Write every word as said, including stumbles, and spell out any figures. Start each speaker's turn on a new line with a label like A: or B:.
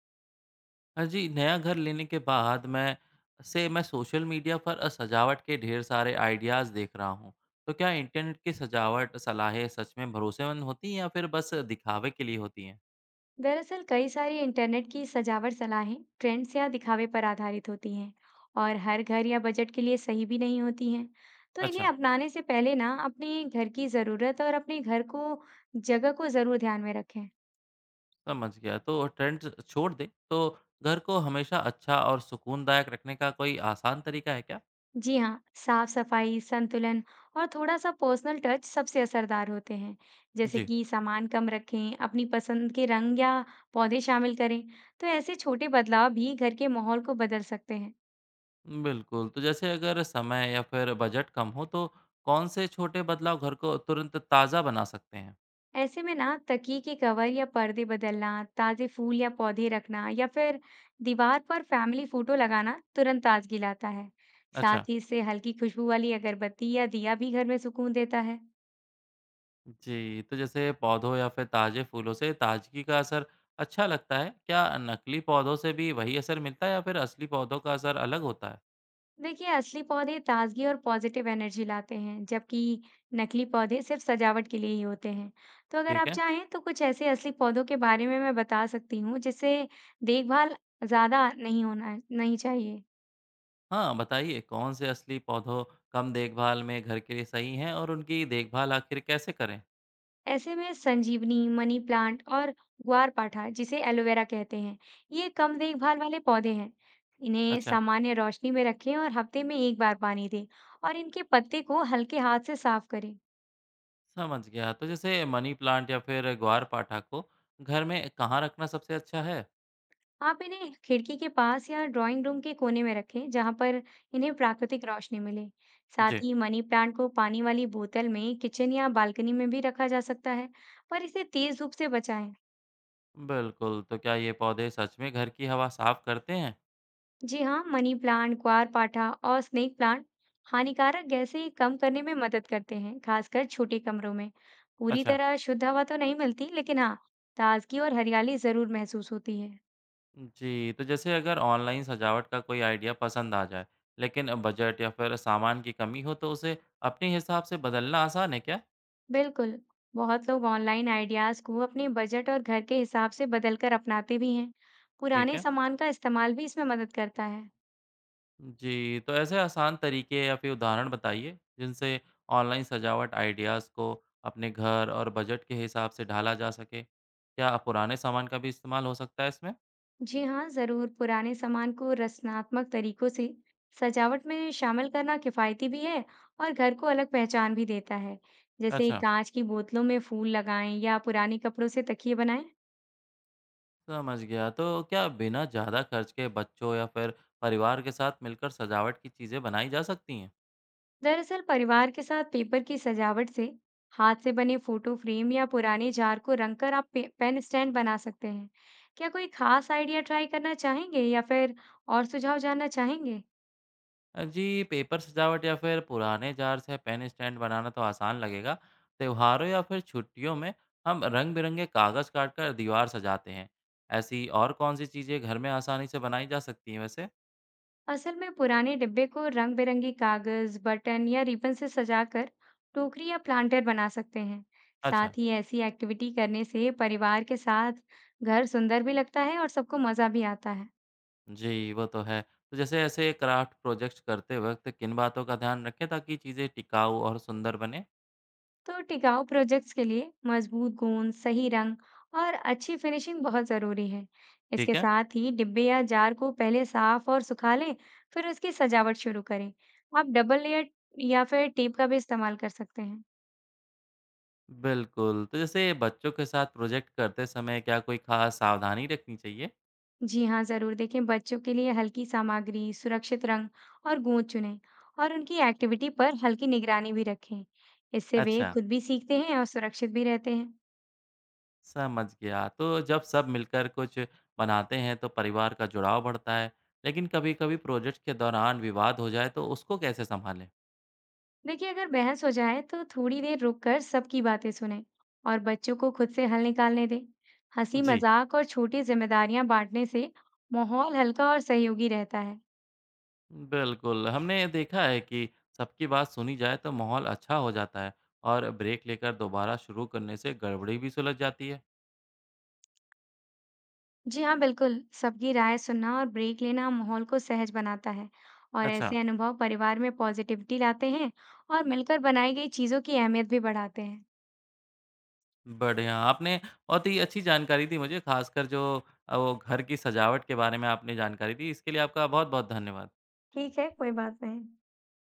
A: हाँ जी, नया घर लेने के बाद मैं से मैं सोशल मीडिया पर अ, सजावट के ढेर सारे आइडियाज़ देख रहा हूँ। तो क्या इंटरनेट की सजावट सलाहें सच में भरोसेमंद होती हैं या फिर बस दिखावे के लिए होती हैं?
B: दरअसल कई सारी इंटरनेट की सजावट सलाहें ट्रेंड्स या दिखावे पर आधारित होती हैं और हर घर या बजट के लिए सही भी नहीं होती हैं। तो इन्हें
A: अच्छा,
B: अपनाने से पहले ना अपने घर की ज़रूरत और अपने घर को जगह को ज़रूर ध्यान में रखें।
A: समझ गया। तो ट्रेंड्स छोड़ दें, तो घर को हमेशा अच्छा और सुकूनदायक रखने का कोई आसान तरीका है क्या?
B: जी हाँ, साफ सफाई, संतुलन और थोड़ा सा पर्सनल टच सबसे असरदार होते हैं। जैसे
A: जी।
B: कि सामान कम रखें, अपनी पसंद के रंग या पौधे शामिल करें। तो ऐसे छोटे बदलाव भी घर के माहौल को बदल सकते हैं।
A: बिल्कुल, तो जैसे अगर समय या फिर बजट कम हो, तो कौन से छोटे बदलाव घर को तुरंत ताज़ा बना सकते हैं?
B: ऐसे में ना तकिए की कवर या पर्दे बदलना, ताजे फूल या पौधे रखना या फिर दीवार पर फैमिली फोटो लगाना तुरंत ताजगी लाता है।
A: अच्छा।
B: साथ ही इससे हल्की खुशबू वाली अगरबत्ती या दिया भी घर में सुकून देता है।
A: जी, तो जैसे पौधों या फिर ताज़े फूलों से ताज़गी का असर अच्छा लगता है। क्या नकली पौधों से भी वही असर मिलता है या फिर असली पौधों का असर अलग होता है?
B: देखिए, असली पौधे ताजगी और पॉजिटिव एनर्जी लाते हैं, जबकि नकली पौधे सिर्फ सजावट के लिए ही होते हैं। तो अगर
A: ठीक
B: आप
A: है।
B: चाहें तो कुछ ऐसे असली पौधों के बारे में मैं बता सकती हूँ जिससे देखभाल ज्यादा नहीं होना नहीं चाहिए।
A: हाँ, बताइए कौन से असली पौधों कम देखभाल में घर के लिए सही हैं और उनकी देखभाल आखिर कैसे करें?
B: ऐसे में संजीवनी, मनी प्लांट और ग्वार पाठा, जिसे एलोवेरा कहते हैं, ये कम देखभाल वाले पौधे हैं। इन्हें
A: अच्छा,
B: सामान्य रोशनी में रखें और हफ्ते में एक बार पानी दें और इनके पत्ते को हल्के हाथ से साफ करें।
A: समझ गया। तो जैसे मनी प्लांट या फिर ग्वारपाठा को घर में कहाँ रखना सबसे अच्छा है?
B: आप इन्हें खिड़की के पास या ड्राइंग रूम के कोने में रखें, जहां पर इन्हें प्राकृतिक रोशनी मिले।
A: जी,
B: साथ ही मनी प्लांट को पानी वाली बोतल में किचन या बालकनी में भी रखा जा सकता है, पर इसे तेज धूप से बचाएं।
A: बिल्कुल। तो क्या ये पौधे सच में घर की हवा साफ़ करते हैं?
B: जी हाँ, मनी प्लांट, क्वारपाठा और स्नेक प्लांट हानिकारक गैसें कम करने में मदद करते हैं, खासकर छोटे कमरों में। पूरी
A: अच्छा।
B: तरह शुद्ध हवा तो नहीं मिलती, लेकिन हाँ, ताजगी और हरियाली जरूर महसूस होती है।
A: जी, तो जैसे अगर ऑनलाइन सजावट का कोई आइडिया पसंद आ जाए, लेकिन बजट या फिर सामान की कमी हो तो उसे अपने हिसाब से बदलना आसान है क्या?
B: बिल्कुल। बहुत लोग ऑनलाइन आइडियाज को अपने बजट और घर के हिसाब से बदलकर अपनाते भी हैं।
A: ठीक
B: पुराने
A: है।
B: सामान का इस्तेमाल भी इसमें मदद करता है।
A: जी, तो ऐसे आसान तरीके या फिर उदाहरण बताइए जिनसे ऑनलाइन सजावट आइडियाज़ को अपने घर और बजट के हिसाब से ढाला जा सके। क्या पुराने सामान का भी इस्तेमाल हो सकता है इसमें?
B: जी हाँ, ज़रूर। पुराने सामान को रचनात्मक तरीकों से सजावट में शामिल करना किफ़ायती भी है और घर को अलग पहचान भी देता है। जैसे
A: अच्छा,
B: कांच की बोतलों में फूल लगाएं या पुराने कपड़ों से तकिए बनाएं।
A: समझ गया। तो क्या बिना ज़्यादा खर्च के बच्चों या फिर परिवार के साथ मिलकर सजावट की चीज़ें बनाई जा सकती हैं?
B: दरअसल परिवार के साथ पेपर की सजावट से हाथ से बने फोटो फ्रेम या पुराने जार को रंगकर आप पे, पेन स्टैंड बना सकते हैं। क्या कोई खास आइडिया ट्राई करना चाहेंगे या फिर और सुझाव जानना चाहेंगे?
A: अ, जी, पेपर सजावट या फिर पुराने जार से पेन स्टैंड बनाना तो आसान लगेगा। त्योहारों या फिर छुट्टियों में हम रंग-बिरंगे कागज़ काटकर दीवार सजाते हैं। ऐसी और कौन-सी चीज़ें घर में आसानी से बनाई जा सकती हैं वैसे?
B: असल में पुराने डिब्बे को रंग बिरंगी कागज, बटन या रिबन से सजाकर टोकरी या प्लांटर बना सकते हैं।
A: अच्छा,
B: साथ ही ऐसी एक्टिविटी करने से परिवार के साथ घर सुंदर भी लगता है और सबको मजा भी आता है।
A: जी, वो तो है। तो जैसे ऐसे क्राफ्ट प्रोजेक्ट्स करते वक़्त किन बातों का ध्यान रखें ताकि चीज़ें टिकाऊ और सुंदर बनें?
B: तो टिकाऊ प्रोजेक्ट्स के लिए मजबूत गोंद, सही रंग और अच्छी फिनिशिंग बहुत जरूरी है।
A: ठीक
B: इसके
A: है।
B: साथ ही डिब्बे या जार को पहले साफ और सुखा लें, फिर उसकी सजावट शुरू करें। आप डबल लेयर या फिर टेप का भी इस्तेमाल कर सकते हैं।
A: बिल्कुल, तो जैसे बच्चों के साथ प्रोजेक्ट करते समय क्या कोई ख़ास सावधानी रखनी चाहिए?
B: जी हाँ, ज़रूर देखें, बच्चों के लिए हल्की सामग्री, सुरक्षित रंग और गूंज चुनें और उनकी एक्टिविटी पर हल्की निगरानी भी रखें। इससे वे
A: अच्छा।
B: खुद भी सीखते हैं और सुरक्षित भी रहते हैं।
A: समझ गया। तो जब सब मिलकर कुछ बनाते हैं तो परिवार का जुड़ाव बढ़ता है, लेकिन कभी-कभी प्रोजेक्ट के दौरान विवाद हो जाए तो उसको कैसे संभालें?
B: देखिए, अगर बहस हो जाए तो थोड़ी देर रुककर सबकी बातें सुनें और बच्चों को खुद से हल निकालने दें। हंसी
A: जी
B: मजाक और छोटी जिम्मेदारियां बांटने से माहौल हल्का और सहयोगी रहता है।
A: बिल्कुल, हमने देखा है कि सबकी बात सुनी जाए तो माहौल अच्छा हो जाता है और ब्रेक लेकर दोबारा शुरू करने से गड़बड़ी भी सुलझ जाती है।
B: जी हाँ, बिल्कुल। सबकी राय सुनना और ब्रेक लेना माहौल को सहज बनाता है और
A: अच्छा
B: ऐसे अनुभव परिवार में पॉजिटिविटी लाते हैं और मिलकर बनाई गई चीज़ों की अहमियत भी बढ़ाते हैं।
A: बढ़िया, आपने बहुत ही अच्छी जानकारी दी मुझे, खासकर जो अ, वो घर की सजावट के बारे में आपने जानकारी दी, इसके लिए आपका बहुत-बहुत धन्यवाद।
B: ठीक है, कोई बात नहीं।